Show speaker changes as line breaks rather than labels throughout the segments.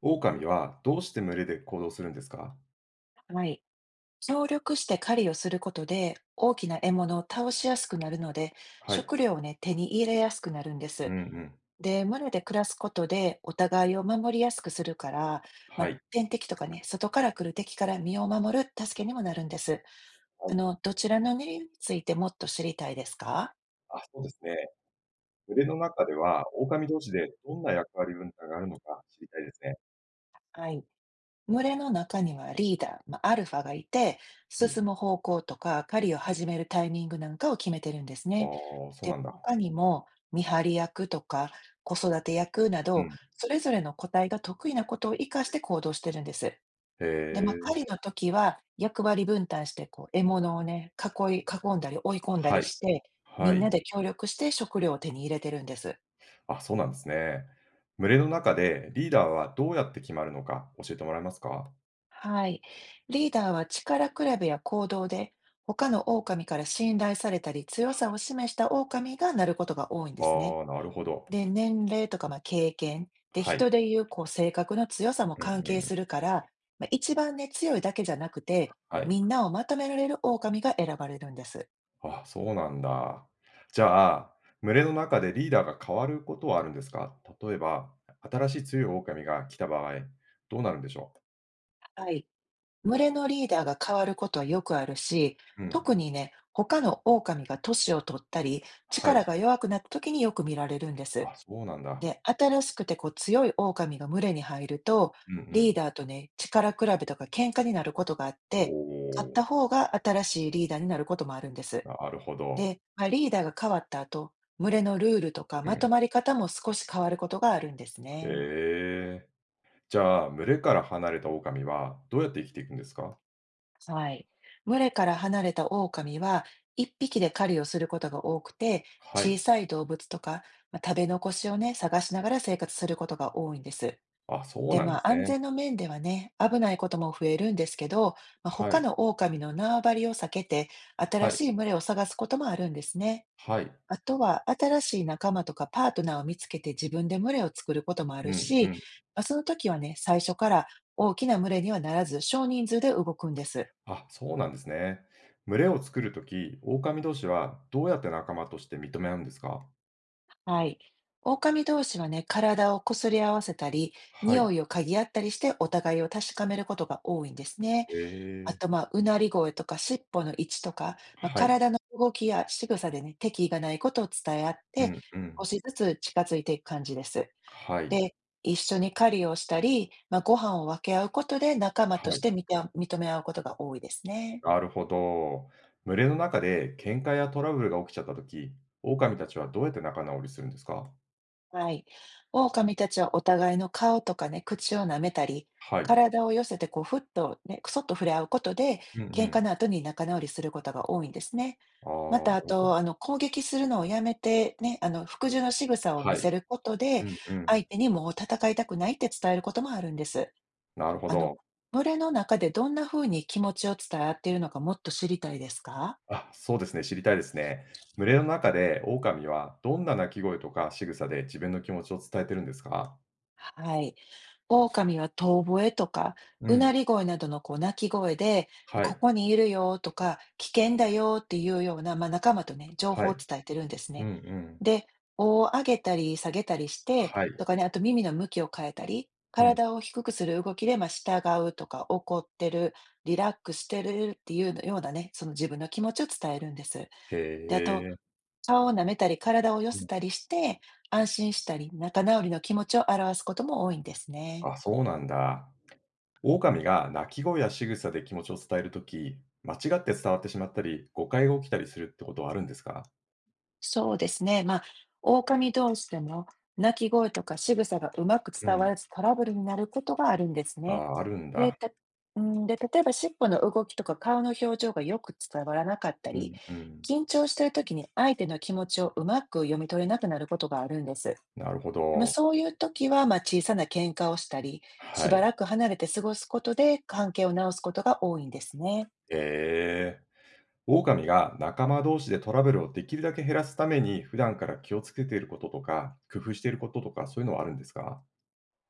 狼はどうして群れで行動するんですか？
はい。協力して狩りをすることで、大きな獲物を倒しやすくなるので、
はい。
食料をね、手に入れやすくなるんで
うん
す。
うん。
で、群れで暮らすことで、お互いを守りやすくするから、ま
は
あ、
い。
天敵とかね、外から来る敵から身を守る助けにもなるんです。
は
あ
い。
の、どちらの理由についてもっと知りたいですか？
あ、そうですね。群れの中では、狼同士でどんな役割分担があるのか知りたいですね。
はい。群れの中にはリーダー、まあ、アルファがいて、
うん。
進む方向とか狩りを始めるタイミングなんかを決めてるんです
あ
ね。
あ、そう
で、
なんだ。
他にも見張り役とか子育て役な
う
ど、
ん。
それぞれの個体が得意なことを活かして行動してるんです。
へ
で、まあ、狩り
え、
の時は役割分担して、こう獲物をね、囲い囲んだり追い込んだ
は
り
い。
して、み
は
ん
い。
なで協力して食料を手に入れてるんです。
あ、そうなんですね。群れの中でリーダーはどうやって決まるのか教えてもらえますか？
はい。リーダーは力比べや行動で、他の狼から信頼されたり強さを示した狼がなることが多いんで
ああ
すね。
ー、なるほど。
で、年齢とか、ま、経験、で、
はい。
人でいう、こう、性格の強さも
うん
関係
うん。
するから、まあ、一番ね、強いだけじゃなくて、
はい。
みんなをまとめられる狼が選ばれるんです。
あ、そうなんだ。じゃあ、群れの中でリーダーが変わることはあるんですか？例えば、新しい強い狼が来た場合、どうなるんでしょう？
はい。群れのリーダーが変わることはよくあるし、
うん。
特にね、他の狼が年を取ったり、
は
力
い。
が弱くなった時によく見られるんです。
あ、そうなんだ。
で、新しくて、こう、強い狼が群れに入ると、
うんう
リー
ん。
ダーとね、力比べとか喧嘩になることがあっ
お
て、勝った
お、
方が新しいリーダーになることもあるんです。
なるほど。
で、まあ、リーダーが変わった後、群れのルールとか
う
まと
ん。
まり方も少し変わることがあるんです
え
ね。
え。じゃあ、群れから離れた狼はどうやって生きていくんですか？
はい。群れから離れた狼は、一匹で狩りをすることが多くて、
は
小
い。
さい動物とか、まあ、食べ残しをね、探しながら生活することが多いんです。
あ、そう
で、
なん
ま
で
あ、
す
安
ね。
全の面ではね、危ないことも増えるんですけど、まあ、
は
他
い。
の狼の縄張りを避けて、新
はい。
しい群れを探すこともあるんですね。
はい。
あとは新しい仲間とかパートナーを見つけて自分で群れを作ることもあ
う
る
んう
し、
ん。
まあ、その時はね、最初から大きな群れにはならず少人数で動くんです。
あ、そうなんですね。群れを作るとき、狼同士はどうやって仲間として認め合うんですか。
はい。狼同士はね、体をこすり合わせたり、
はい。
匂いを嗅ぎ合ったりしてお互いを確かめることが多いんですね。あ
え
と、
え。
まあ、うなり声とか尻尾の位置とか、まあ、
はい。
体の動きや仕草でね、敵意がないことを伝え合っ
う
て、
んう
少
ん。
しずつ近づいていく感じです。
はい。
で、一緒に狩りをしたり、まあ、ご飯を分け合うことで仲間と
は
し
い。
て認め合うことが多いですね。
なるほど。群れの中で喧嘩やトラブルが起きちゃったとき、狼たちはどうやって仲直りするんですか。
はい。狼たちはお互いの顔とかね、口を舐めたり、
はい。
体を寄せてこうふっとね、くそっと触れ合うことで、
うんう
喧嘩
ん。
の後に仲直りすることが多いんですね。
ああ、
ま
なる
たあ
ほど。
と、あの、攻撃するのをやめてね、あの、服従の仕草を
は
見せ
い。
ること
う
で、
んうん。
相手にもう戦いたくないって伝えることもあるんです。
なるほ
あの、
ど。
群れの中でどんな風に気持ちを伝え合っているのかもっと知りたいですか？
あ、そうですね。知りたいですね。群れの中で狼はどんな鳴き声とか仕草で自分の気持ちを伝えてるんですか。
はい。狼は遠吠えとか、
う
うな
ん。
り声などのこう鳴き声で、
は
こ
い、
こにいるよとか、危険だよっていうような、まあ、仲間とね、情報
はい。
を伝えてるんです
うんう
ね。
ん。
で、尾を上げたり下げたりして、
はい。
とかね、あと耳の向きを変えたり、
うん。
体を低くする動きで、まあ、従うとか、怒ってる、リラックスしてるっていうようなね、その自分の気持ちを伝えるんです。
へ
で、あと、
え。
顔を舐めたり、体を寄
う
せ
ん。
たりして、安心したり、仲直りの気持ちを表すことも多いんですね。
あ、そうなんだ。狼が鳴き声や仕草で気持ちを伝えるとき、間違って伝わってしまったり、誤解が起きたりするってことはあるんですか？
そうですね。まあ、狼同士でも、鳴き声とか仕草がうまく
う
伝わ
ん。
らずトラブルになることがあるんです
あ
ね。
あ、あるん
で、
だ。
た、うんで、例えば尻尾の動きとか顔の表情がよく伝わらなかった
う
り、
んうん。
緊張している時に相手の気持ちをうまく読み取れなくなることがあるんです。
なるほ
まあ、
ど。
そういう時は、まあ、小さな喧嘩をしたり、し
は
ば
い。
らく離れて過ごすことで関係を直すことが多いんですね。
へえ。狼が仲間同士でトラブルをできるだけ減らすために、普段から気をつけていることとか、工夫していることとか、そういうのはあるんですか？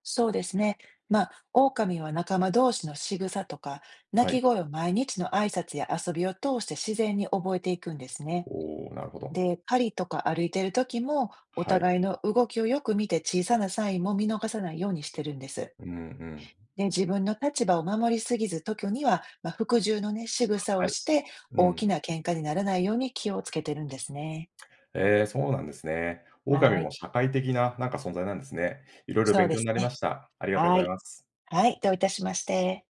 そうですね。まあ、狼は仲間同士の仕草とか、鳴
は
き
い。
声を毎日の挨拶や遊びを通して自然に覚えていくんですね。
おお、なるほど。
で、狩りとか歩いている時も、お
はい。
互いの動きをよく見て小さなサインも見逃さないようにしてるんです。
うんうん。
で、自分の立場を守りすぎず、時には、まあ、服従のね、仕草を
はい。
して、
う
大
ん。
きな喧嘩にならないように気をつけてるんですね。
ええ、そうなんですね。オオカミ
はい。
も社会的な、なんか存在なんですね。いろいろ
そう
勉
で
強に
す
なりま
ね。
した。ありがとうご
は
ざい
い。
ます。
はい、どういたしまして。